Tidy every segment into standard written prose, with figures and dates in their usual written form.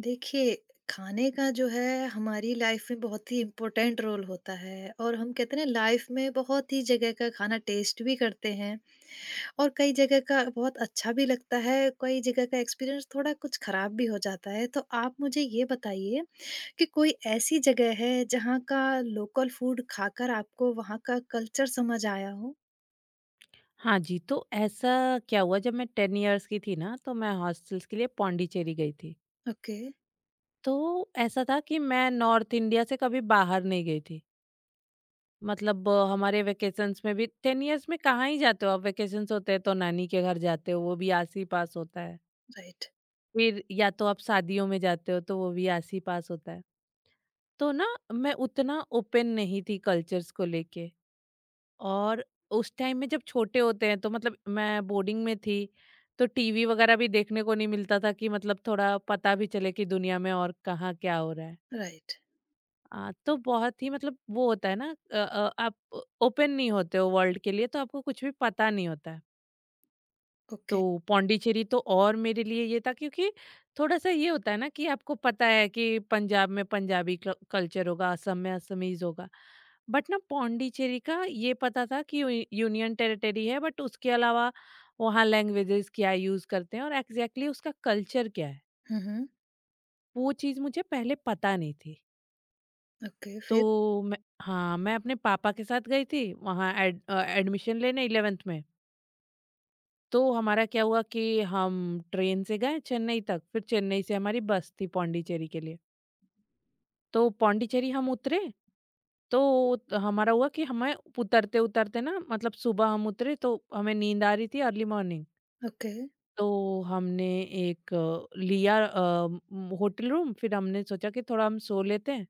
देखिए, खाने का जो है हमारी लाइफ में बहुत ही इम्पोर्टेंट रोल होता है और हम कहते हैं ना लाइफ में बहुत ही जगह का खाना टेस्ट भी करते हैं और कई जगह का बहुत अच्छा भी लगता है, कई जगह का एक्सपीरियंस थोड़ा कुछ ख़राब भी हो जाता है। तो आप मुझे ये बताइए कि कोई ऐसी जगह है जहाँ का लोकल फूड खाकर आपको वहाँ का कल्चर समझ आया हो? हाँ जी, तो ऐसा क्या हुआ जब मैं 10 इयर्स की थी ना, तो मैं हॉस्टल्स के लिए पौंडीचेरी गई थी। ओके, तो ऐसा था कि मैं नॉर्थ इंडिया से कभी बाहर नहीं गई थी। मतलब हमारे वैकेशंस में भी 10 इयर्स में कहाँ ही जाते हो आप, वैकेशंस होते हैं तो नानी के घर जाते हो, वो भी आस ही पास होता है। राइट, फिर या तो आप शादियों में जाते हो, तो वो भी आस ही पास होता है। तो ना मैं उतना ओपन नहीं थी कल्चर्स को लेके। और उस टाइम में जब छोटे होते हैं तो मतलब मैं बोर्डिंग में थी तो टीवी वगैरह भी देखने को नहीं मिलता था कि मतलब थोड़ा पता भी चले कि दुनिया में और कहाँ क्या हो रहा है। राइट, तो बहुत ही मतलब वो होता है ना, आप ओपन नहीं होते हो वर्ल्ड के लिए तो आपको कुछ भी पता नहीं होता है। तो ओके। पौंडीचेरी तो और मेरे लिए ये था क्योंकि थोड़ा-सा ये होता है ना कि आपको पता है कि पंजाब में पंजाबी क कल्चर होगा, असम में असमीज़ होगा। बट ना पौंडीचेरी का ये पता था कि यू यूनियन टेरिटरी है, बट उसके अलावा वहाँ लैंग्वेजेस क्या यूज़ करते हैं और एग्ज़ैक्टली उसका कल्चर क्या है, हुँ, हुँ, वो चीज़ मुझे पहले पता नहीं थी। ओके, फिर? तो मैं, हाँ, मैं अपने पापा के साथ गई थी वहाँ एडमिशन लेने 11th में। तो हमारा क्या हुआ कि हम ट्रेन से गए चेन्नई तक, फिर चेन्नई से हमारी बस थी पौंडीचेरी के लिए। तो पौंडीचेरी हम उतरे तो हमारा हुआ कि हमें उतरते उतरते ना, मतलब सुबह हम उतरे तो हमें नींद आ रही थी, अर्ली मॉर्निंग। ओके, तो हमने एक लिया होटल रूम, फिर हमने सोचा कि थोड़ा हम सो लेते हैं।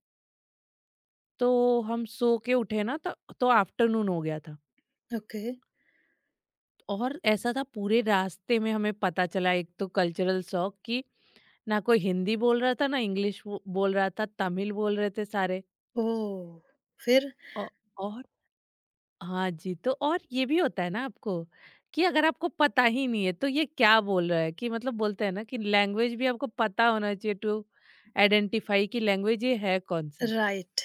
तो हम सो के उठे ना तो आफ्टरनून हो गया था। ओके। और ऐसा था पूरे रास्ते में हमें पता चला, एक तो कल्चरल शॉक कि ना कोई हिंदी बोल रहा था ना इंग्लिश, बोल रहा था तमिल, बोल रहे थे सारे। ओह! फिर? औ, और हाँ जी, तो और ये भी होता है ना आपको कि अगर आपको पता ही नहीं है तो ये क्या बोल रहा है, कि मतलब बोलते हैं ना कि लैंग्वेज भी आपको पता होना चाहिए टू आइडेंटिफाई कि लैंग्वेज ये है कौन सा। राइट।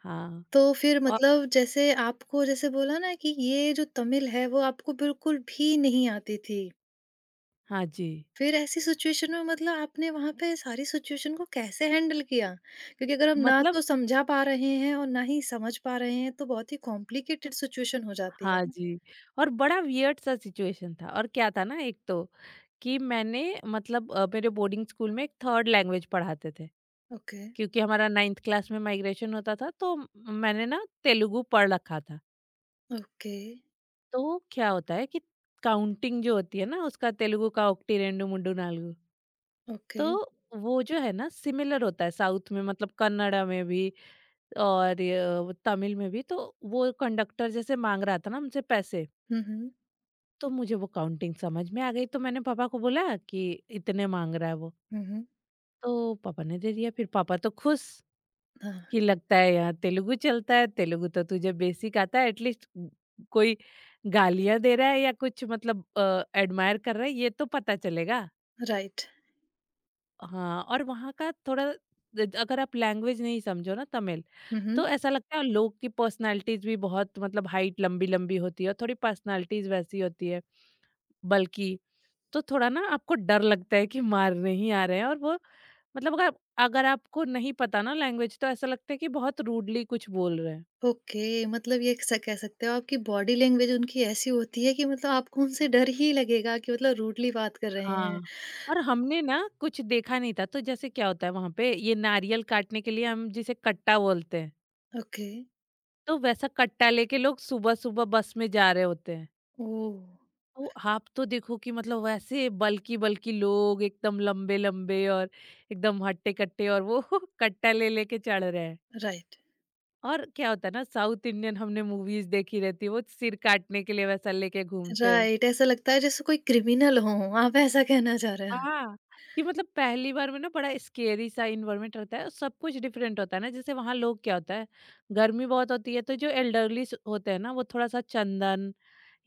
हाँ। तो फिर और मतलब जैसे आपको जैसे बोला ना कि ये जो तमिल है वो आपको बिल्कुल भी नहीं आती थी। हाँ जी, फिर ऐसी सिचुएशन में मतलब आपने वहाँ पे सारी सिचुएशन को कैसे हैंडल किया? क्योंकि अगर हम ना मतलब तो समझा पा रहे हैं और ना ही समझ पा रहे हैं तो बहुत ही कॉम्प्लिकेटेड सिचुएशन हो जाती है हाँ ना। जी, और बड़ा वियर्ड सा सिचुएशन था, और क्या था ना एक तो, कि मैंने मतलब, मेरे बोर्डिंग स्कूल में एक थर्ड लैंग्वेज पढ़ाते थे, ओके, क्योंकि हमारा नाइन्थ क्लास में माइग्रेशन होता था। तो म मैंने ना तेलुगु पढ़ रखा था। ओके, तो क्या होता है कि काउंटिंग जो होती है ना, उसका तेलुगु का ओक्टी, रेंडु, मुंडू, नालुगु, ओके। तो वो जो है ना सिमिलर होता है साउथ में, मतलब कन्नड़ा में भी और य तमिल में भी। तो वो कंडक्टर जैसे माँग रहा था ना हमसे पैसे, हुँ, हुँ। तो मुझे वो काउंटिंग समझ में आ गई, तो मैंने पापा को बोला कि इतने मांग रहा है वो। हुँ, हुँ। तो पापा ने दे दिया, फिर पापा तो खुश हाँ, कि लगता है यहाँ तेलुगु चलता है, तेलुगु तो तुझे बेसिक आता है एटलीस्ट, कोई गालियां दे रहा है या कुछ, मतलब एडमायर कर रहा है ये तो पता चलेगा। राइट। हाँ, और वहाँ का थोड़ा द अगर आप लैंग्वेज नहीं समझो ना तमिल, हुँ, हुँ। तो ऐसा लगता है लोग की पर्सनैलिटीज़ भी बहुत, मतलब हाइट लंबी-लंबी होती है और थोड़ी पर्सनैलिटीज़ वैसी होती है, बल्कि। तो थोड़ा ना आपको डर लगता है कि मारने ही आ रहे हैं, और वो मतलब अगर अगर आपको नहीं पता ना लैंग्वेज, तो ऐसा लगता है कि बहुत रूडली कुछ बोल रहे हैं। ओके, मतलब ये स कह सकते हो आपकी बॉडी लैंग्वेज उनकी ऐसी होती है कि मतलब आपको उनसे डर ही लगेगा कि मतलब रूडली बात कर रहे हाँ, हैं। और हमने ना कुछ देखा नहीं था, तो जैसे क्या होता है वहाँ पे, ये नारियल काटने के लिए हम जिसे कट्टा बोलते हैं, ओके, तो वैसा कट्टा लेके लोग सुबह-सुबह बस में जा रहे होते हैं। ओह! तो आप तो देखो कि मतलब वैसे बल्की-बल्की लोग, एकदम लंबे-लंबे और एकदम हट्टे-कट्टे, और वो कट्टा ले लेके चढ़ रहे हैं। राइट, और क्या होता है ना, साउथ इंडियन हमने मूवीज़ देखी रहती है, वो सिर काटने के लिए वैसा लेके घूमते हैं। राइट ऐसा लगता है जैसे कोई क्रिमिनल हो, आप ऐसा कहना चाह रहे हैं। हाँ, कि मतलब पहली बार में ना बड़ा स्केरी सा इन्वायरमेंट रहता है, और सब कुछ डिफरेंट होता है ना, जैसे वहाँ लोग क्या होता है, गर्मी बहुत होती है तो जो एल्डरलीस होते हैं ना वो थोड़ा सा चंदन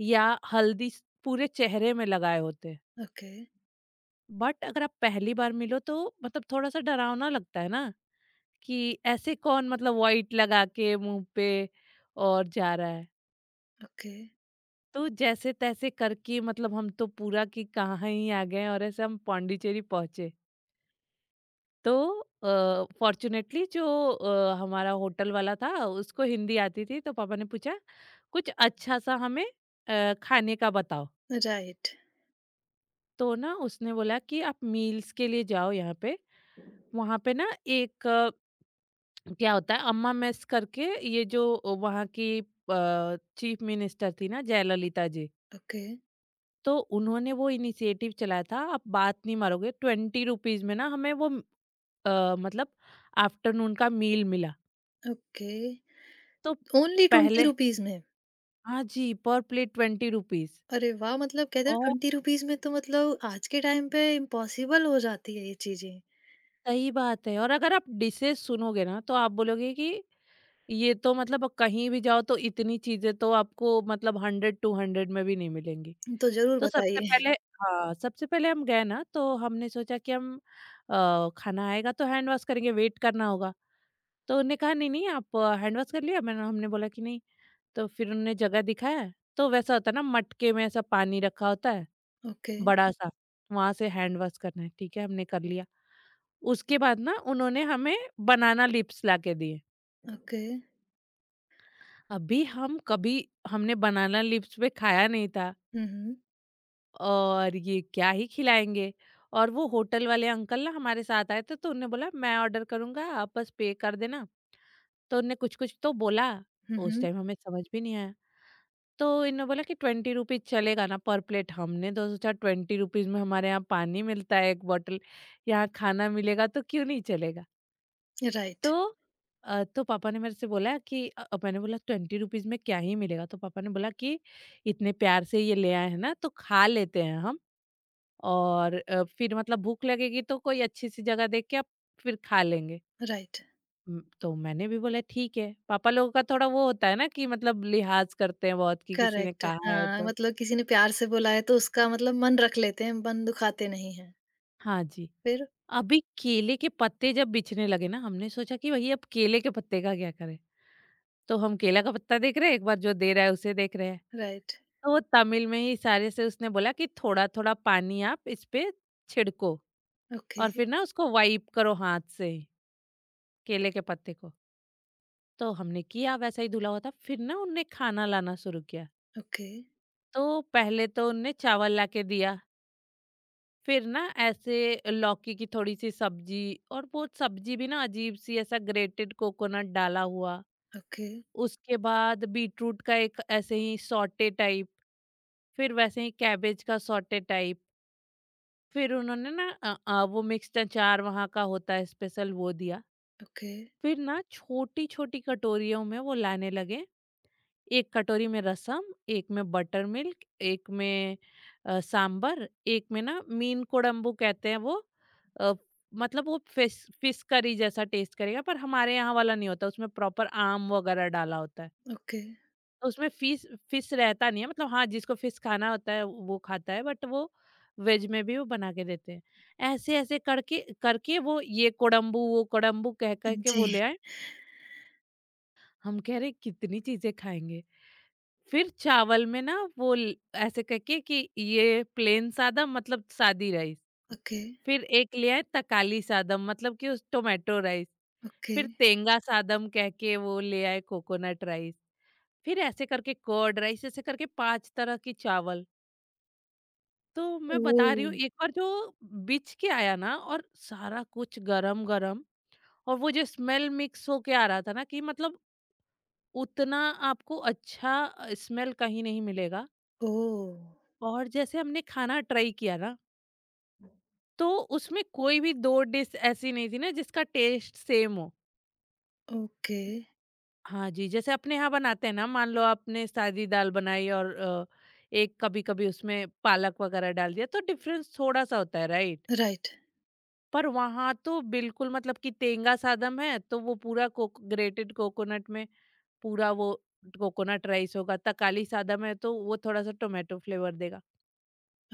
या हल्दी पूरे चेहरे में लगाए होते हैं। ओके, बट अगर आप पहली बार मिलो तो मतलब थोड़ा सा डरावना लगता है ना, कि ऐसे कौन, मतलब वाइट लगा के मुंह पे और जा रहा है। ओके, तो जैसे तैसे करके मतलब हम तो पूरा कि कहाँ ही आ गए, और ऐसे हम पांडिचेरी पहुंचे। तो फॉर्चुनेटली जो हमारा होटल वाला था उसको हिंदी आती थी, तो पापा ने पूछा कुछ अच्छा सा हमें खाने का बताओ। राइट, तो ना उसने बोला कि आप मील्स के लिए जाओ यहाँ पे, वहाँ पे ना एक क्या होता है अम्मा मेस करके, ये जो वहाँ की चीफ मिनिस्टर थी ना जयललिता जी, ओके, तो उन्होंने वो इनिशिएटिव चलाया था। आप बात नहीं मारोगे, 20 रुपीज में ना हमें वो मतलब आफ्टरनून का मील मिला। ओके। तो ओनली 20 पहले, रुपीज़ में? हाँ जी, पर प्लेट 20 रुपीज़। अरे वाह! मतलब कहते हैं और 20 रुपीज़ में तो मतलब आज के टाइम पे इम्पॉसिबल हो जाती है ये चीज़ें। सही बात है, और अगर आप डिशेज़ सुनोगे ना, तो आप बोलोगे कि ये तो मतलब कहीं भी जाओ तो इतनी चीज़ें तो आपको मतलब 100-200 में भी नहीं मिलेंगी। तो ज़रूर तो सबसे बताइए। पहले, हाँ, सबसे पहले हम गए ना, तो हमने सोचा कि हम, खाना आएगा तो हैंड वॉश करेंगे, वेट करना होगा। तो उन्होंने कहा नहीं, नहीं, आप हैंड वॉश कर लिया? मैंने हमने बोला कि नहीं। तो फिर उन्होंने जगह दिखाया, तो वैसा होता है ना मटके में ऐसा पानी रखा होता है, ओके, बड़ा-सा, वहाँ से हैंड वॉश करना है, ठीक है, हमने कर लिया। उसके बाद ना उन्होंने हमें बनाना लिप्स लाके दिए। ओके। अभी हम कभी हमने बनाना लिप्स पे खाया नहीं था, हुँ, हुँ। और ये क्या ही खिलाएँगे। और वो होटल वाले अंकल ना हमारे साथ आए थे तो उन्होंने बोला, मैं ऑर्डर करूँगा आप बस पे कर देना। तो उनने कुछ-कुछ तो बोला, हुँ, उस हुँ। टाइम हमें समझ भी नहीं आया। तो इन्होंने बोला कि 20 रुपीज़ चलेगा ना पर प्लेट? हमने तो सोचा 20 रुपीज़ में हमारे यहाँ पानी मिलता है 1 बॉटल, यहाँ खाना मिलेगा तो क्यों नहीं चलेगा? राइट, तो तो पापा ने मेरे से बोला कि, मैंने बोला 20 रुपीज़ में क्या ही मिलेगा? तो पापा ने बोला कि इतने प्यार से ये ले आए हैं ना तो खा लेते हैं हम, और फिर मतलब भूख लगेगी तो कोई अच्छी सी जगह देख के आप फिर खा लेंगे। राइट, तो मैंने भी बोला ठीक है, पापा लोगों का थोड़ा वो होता है ना कि मतलब लिहाज़ करते हैं बहुत कि किसी ने करेक्ट कहा है हाँ, तो। मतलब किसी ने प्यार से बोला है तो उसका मतलब मन रख लेते हैं, मन दुखाते नहीं हैं। हाँ जी, फिर? अभी केले के पत्ते जब बिछने लगे ना, हमने सोचा कि भई अब केले के पत्ते का क्या करें? तो हम केला का पत्ता देख रहे हैं, एक बार जो दे रहा है उसे देख रहे हैं। राइट, तो वो तमिल में ही इशारे से उसने बोला कि थोड़ा-थोड़ा पानी आप इस पे छिड़को, ओके, और फिर ना उसको वाइप करो हाथ से ही, केले के पत्ते को। तो हमने किया, वैसा ही धुला हुआ था, फिर ना उनने खाना लाना शुरू किया। ओके, तो पहले तो उनने चावल लाके दिया, फिर ना ऐसे लौकी की थोड़ी-सी सब्जी, और वो सब्जी भी ना अजीब-सी, ऐसा ग्रेटेड कोकोनट डाला हुआ, ओके, उसके बाद बीटरूट का एक ऐसे ही सॉटे टाइप, फिर वैसे ही कैबेज का सॉटे टाइप, फिर उन्होंने ना, वो मिक्स्ड अचार वहाँ का होता है स्पेशल वो दिया। ओके, फिर ना छोटी-छोटी कटोरियों में वो लाने लगे, एक कटोरी में रसम, एक में बटर मिल्क, एक में सांबर, एक में ना मीन कोडम्बू कहते हैं वो, अ, मतलब वो फिश फिश करी जैसा टेस्ट करेगा, पर हमारे यहाँ वाला नहीं होता, उसमें प्रॉपर आम वगैरह डाला होता है। ओके। तो उसमें फिश फिश रहता नहीं है, मतलब हाँ, जिसको फिश खाना होता है वो खाता है, बट वो वेज में भी वो बना के देते हैं। ऐसे ऐसे करके करके वो, ये कोडम्बू वो कोडम्बू कह कह के जी, वो ले आए, हम कह रहे कितनी चीजें खाएंगे। फिर चावल में ना वो ल ऐसे करके कि ये प्लेन सादा, मतलब सादी राइस। ओके, फिर एक ले आए तकाली सादम, मतलब कि उस टोमेटो राइस। ओके। फिर तेंगा सादम कह के वो ले आए कोकोनट राइस। फिर ऐसे करके कर्ड राइस, ऐसे करके 5 तरह की चावल। तो मैं बता रही ओह! हूँ, एक बार जो बिछ के आया ना, और सारा कुछ गरम-गरम, और वो जो स्मेल मिक्स होके आ रहा था ना कि मतलब उतना आपको अच्छा स्मेल कहीं नहीं मिलेगा। ओह! और जैसे हमने खाना ट्राई किया ना, तो उसमें कोई भी 2 डिश ऐसी नहीं थी ना जिसका टेस्ट सेम हो। ओके, हाँ जी, जैसे अपने यहाँ बनाते हैं ना, मान लो आपने सादी दाल बनाई और एक कभी-कभी उसमें पालक वगैरह डाल दिया, तो डिफरेंस थोड़ा-सा होता है राइट? राइट, पर वहाँ तो बिल्कुल मतलब कि तेंगा सादम है तो वो पूरा कोक ग्रेटेड कोकोनट में पूरा वो कोकोनट राइस होगा, तकाली सादम है तो वो थोड़ा-सा टोमेटो फ्लेवर देगा।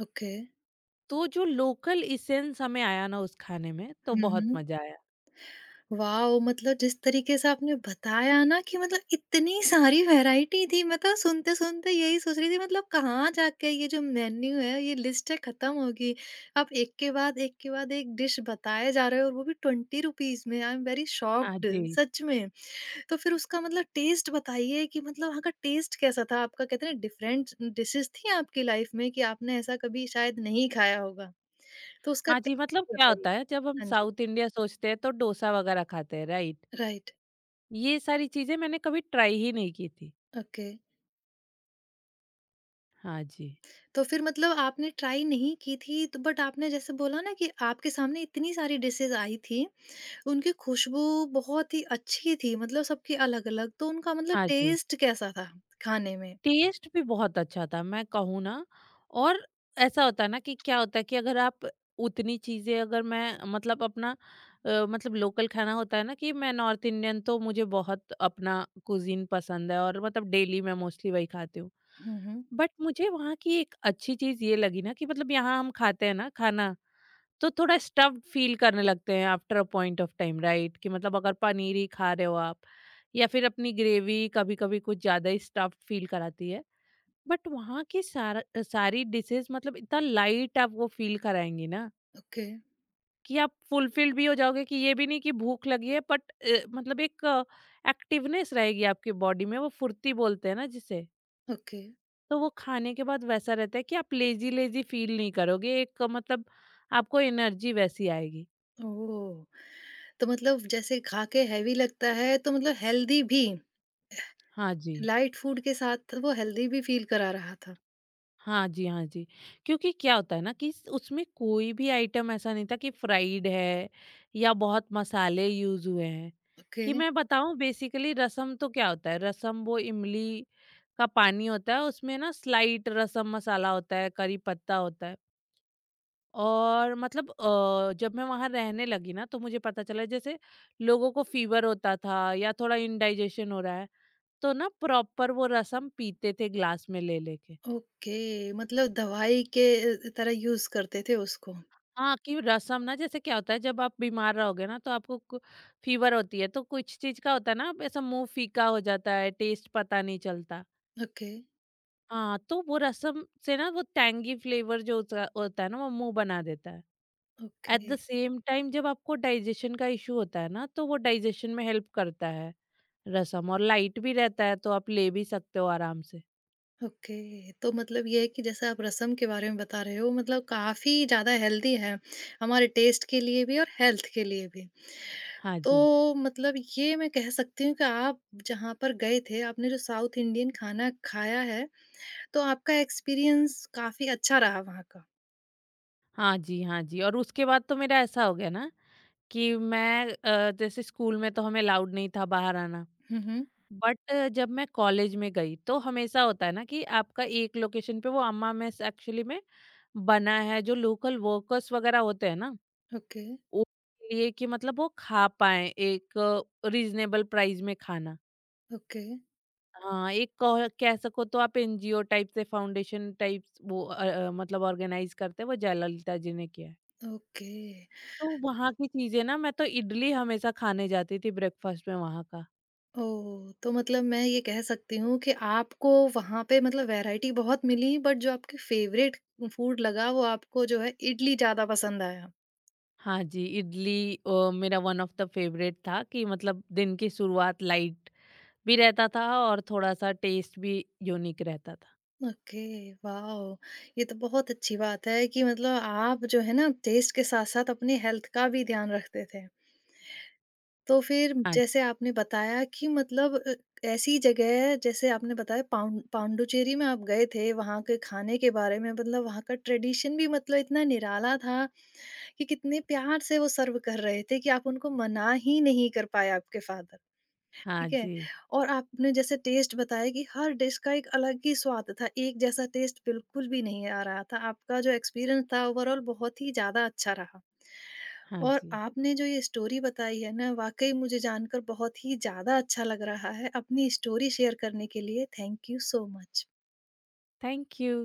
ओके। तो जो लोकल एसेंस हमें आया ना उस खाने में तो हुँ, बहुत हुँ। मज़ा आया। वाओ! मतलब जिस तरीके से आपने बताया ना कि मतलब इतनी सारी वैरायटी थी, मतलब सुनते-सुनते यही सोच रही थी मतलब कहाँ जाके ये जो मेन्यू है, ये लिस्ट है खत्म होगी। आप एक के बाद एक के बाद एक डिश बताए जा रहे हो और वो भी 20 रुपीज़ में। आई एम वेरी हाँ शॉक्ड जी। सच में। तो फिर उसका मतलब टेस्ट बताइए कि मतलब वहाँ का टेस्ट कैसा था आपका? कहते हैं ना डिफरेंट डिशेज़ थी आपकी लाइफ में कि आपने ऐसा कभी शायद नहीं खाया होगा। तो उसका हाँ जी, मतलब टेस्ट क्या बताइए। होता है जब हम हाँ जी। साउथ इंडिया सोचते हैं तो डोसा वगैरह खाते हैं, राइट? राइट, ये सारी चीज़ें मैंने कभी ट्राई ही नहीं की थी। ओके। हाँ जी। तो फिर मतलब आपने ट्राई नहीं की थी तो बट आपने जैसे बोला ना कि आपके सामने इतनी सारी डिशेज़ आई थी, उनकी खुशबू बहुत ही अच्छी थी मतलब सबकी अलग-अलग तो उनका मतलब हाँ जी। टेस्ट कैसा था खाने में? टेस्ट भी बहुत अच्छा था मैं कहूँ ना। और ऐसा होता है ना कि क्या होता है कि अगर आप उतनी चीज़ें अगर मैं मतलब अपना मतलब लोकल खाना होता है ना कि मैं नॉर्थ इंडियन, तो मुझे बहुत अपना कुजीन पसंद है और मतलब डेली मैं मोस्टली वही खाती हूँ। हुँ, हुँ। बट मुझे वहाँ की एक अच्छी चीज़ ये लगी ना कि मतलब यहाँ हम खाते हैं ना खाना तो थोड़ा स्टफ्ड फील करने लगते हैं after a point of time, right? कि मतलब अगर पनीर ही खा रहे हो आप या फिर अपनी ग्रेवी कभी कभी कुछ ज़्यादा ही स्टफ्ड फील कराती है। बट वहाँ की सारा सारी डिशेस मतलब इतना लाइट आप वो फील कराएंगी ना ओके, कि आप फुलफिल्ड भी हो जाओगे कि ये भी नहीं कि भूख लगी है, बट मतलब एक एक्टिवनेस रहेगी आपकी बॉडी में, वो फुर्ती बोलते हैं ना जिसे। ओके। तो वो खाने के बाद वैसा रहता है कि आप लेजी लेजी फील नहीं करोगे। एक मतलब आपको एनर्जी वैसी आएगी। ओह! तो मतलब जैसे खा के हेवी लगता है तो मतलब हेल्दी भी, हाँ जी, लाइट फूड के साथ वो हेल्दी भी फ़ील करा रहा था। हाँ जी, हाँ जी। क्योंकि क्या होता है ना कि स उसमें कोई भी आइटम ऐसा नहीं था कि फ्राइड है या बहुत मसाले यूज़ हुए हैं। ओके, कि मैं बताऊँ बेसिकली रसम तो क्या होता है, रसम वो इमली का पानी होता है, उसमें ना स्लाइट रसम मसाला होता है, करी पत्ता होता है। और मतलब जब मैं वहाँ रहने लगी ना तो मुझे पता चला जैसे लोगों को फ़ीवर होता था या थोड़ा इंडाइजेशन हो रहा है, तो ना प्रॉपर वो रसम पीते थे ग्लास में ले-ले के। ओके मतलब दवाई के तरह यूज़ करते थे उसको। हाँ, कि रसम ना जैसे क्या होता है जब आप बीमार रहोगे ना तो आपको फीवर होती है तो कुछ चीज का होता है ना, आप ऐसा मुंह फीका हो जाता है, टेस्ट पता नहीं चलता। ओके, हाँ, तो वो रसम से ना वो टैंगी फ्लेवर जो होता होता है ना वो मुंह बना देता है। At okay. The same time जब आपको डाइजेशन का इशू होता है ना तो वो डाइजेशन में हेल्प करता है रसम, और लाइट भी रहता है तो आप ले भी सकते हो आराम से। ओके, तो मतलब ये है कि जैसे आप रसम के बारे में बता रहे हो मतलब काफ़ी ज़्यादा हेल्दी है, हमारे टेस्ट के लिए भी और हेल्थ के लिए भी। हाँ तो जी, मतलब ये मैं कह सकती हूँ कि आप जहाँ पर गए थे, आपने जो साउथ इंडियन खाना खाया है, तो आपका एक्सपीरियंस काफ़ी अच्छा रहा वहाँ का। हाँ जी, हाँ जी। और उसके बाद तो मेरा ऐसा हो गया ना कि मैं जैसे स्कूल में तो हमें अलाउड नहीं था बाहर आना। हुँ, हुँ। बट जब मैं कॉलेज में गई तो हमेशा होता है ना कि आपका एक लोकेशन पे वो अम्मा मेस एक्चुअली में बना है जो लोकल वर्कर्स वगैरह होते हैं ना, ओके, उनके लिए कि मतलब वो खा पाएँ एक रीज़नेबल प्राइस में खाना। ओके, हाँ, एक कह कह सको तो आप एनजीओ टाइप से फाउंडेशन टाइप वो मतलब ऑर्गेनाइज़ करते हैं, वो जयललिता जी ने किया है। ओके। तो वहाँ की चीज़ें ना मैं तो इडली हमेशा खाने जाती थी ब्रेकफास्ट में वहाँ का। ओह! तो मतलब मैं ये कह सकती हूँ कि आपको वहाँ पे मतलब वैराइटी बहुत मिली बट जो आपके फ़ेवरेट फूड लगा वो आपको जो है इडली ज़्यादा पसंद आया। हाँ जी, इडली मेरा वन ऑफ द फेवरेट था कि मतलब दिन की शुरुआत लाइट भी रहता था और थोड़ा-सा टेस्ट भी यूनिक रहता था। Okay, wow! ये तो बहुत अच्छी बात है कि मतलब आप जो है ना टेस्ट के साथ-साथ अपनी हेल्थ का भी ध्यान रखते थे। तो फिर हाँ, जैसे आपने बताया कि मतलब ऐसी जगह जैसे आपने बताया पाउं पांडिचेरी में आप गए थे, वहाँ के खाने के बारे में मतलब वहाँ का ट्रेडिशन भी मतलब इतना निराला था कि कितने प्यार से वो सर्व कर रहे थे कि आप उनको मना ही नहीं कर पाए आपके फादर, हाँ ठीक है? जी, और आपने जैसे टेस्ट बताया कि हर डिश का एक अलग ही स्वाद था, एक जैसा टेस्ट बिल्कुल भी नहीं आ रहा था, आपका जो एक्सपीरियंस था ओवरऑल बहुत ही ज़्यादा अच्छा रहा। हाँ और जी। आपने जो ये स्टोरी बताई है ना, वाक़ई मुझे जानकर बहुत ही ज़्यादा अच्छा लग रहा है। अपनी स्टोरी शेयर करने के लिए thank you so much. Thank you.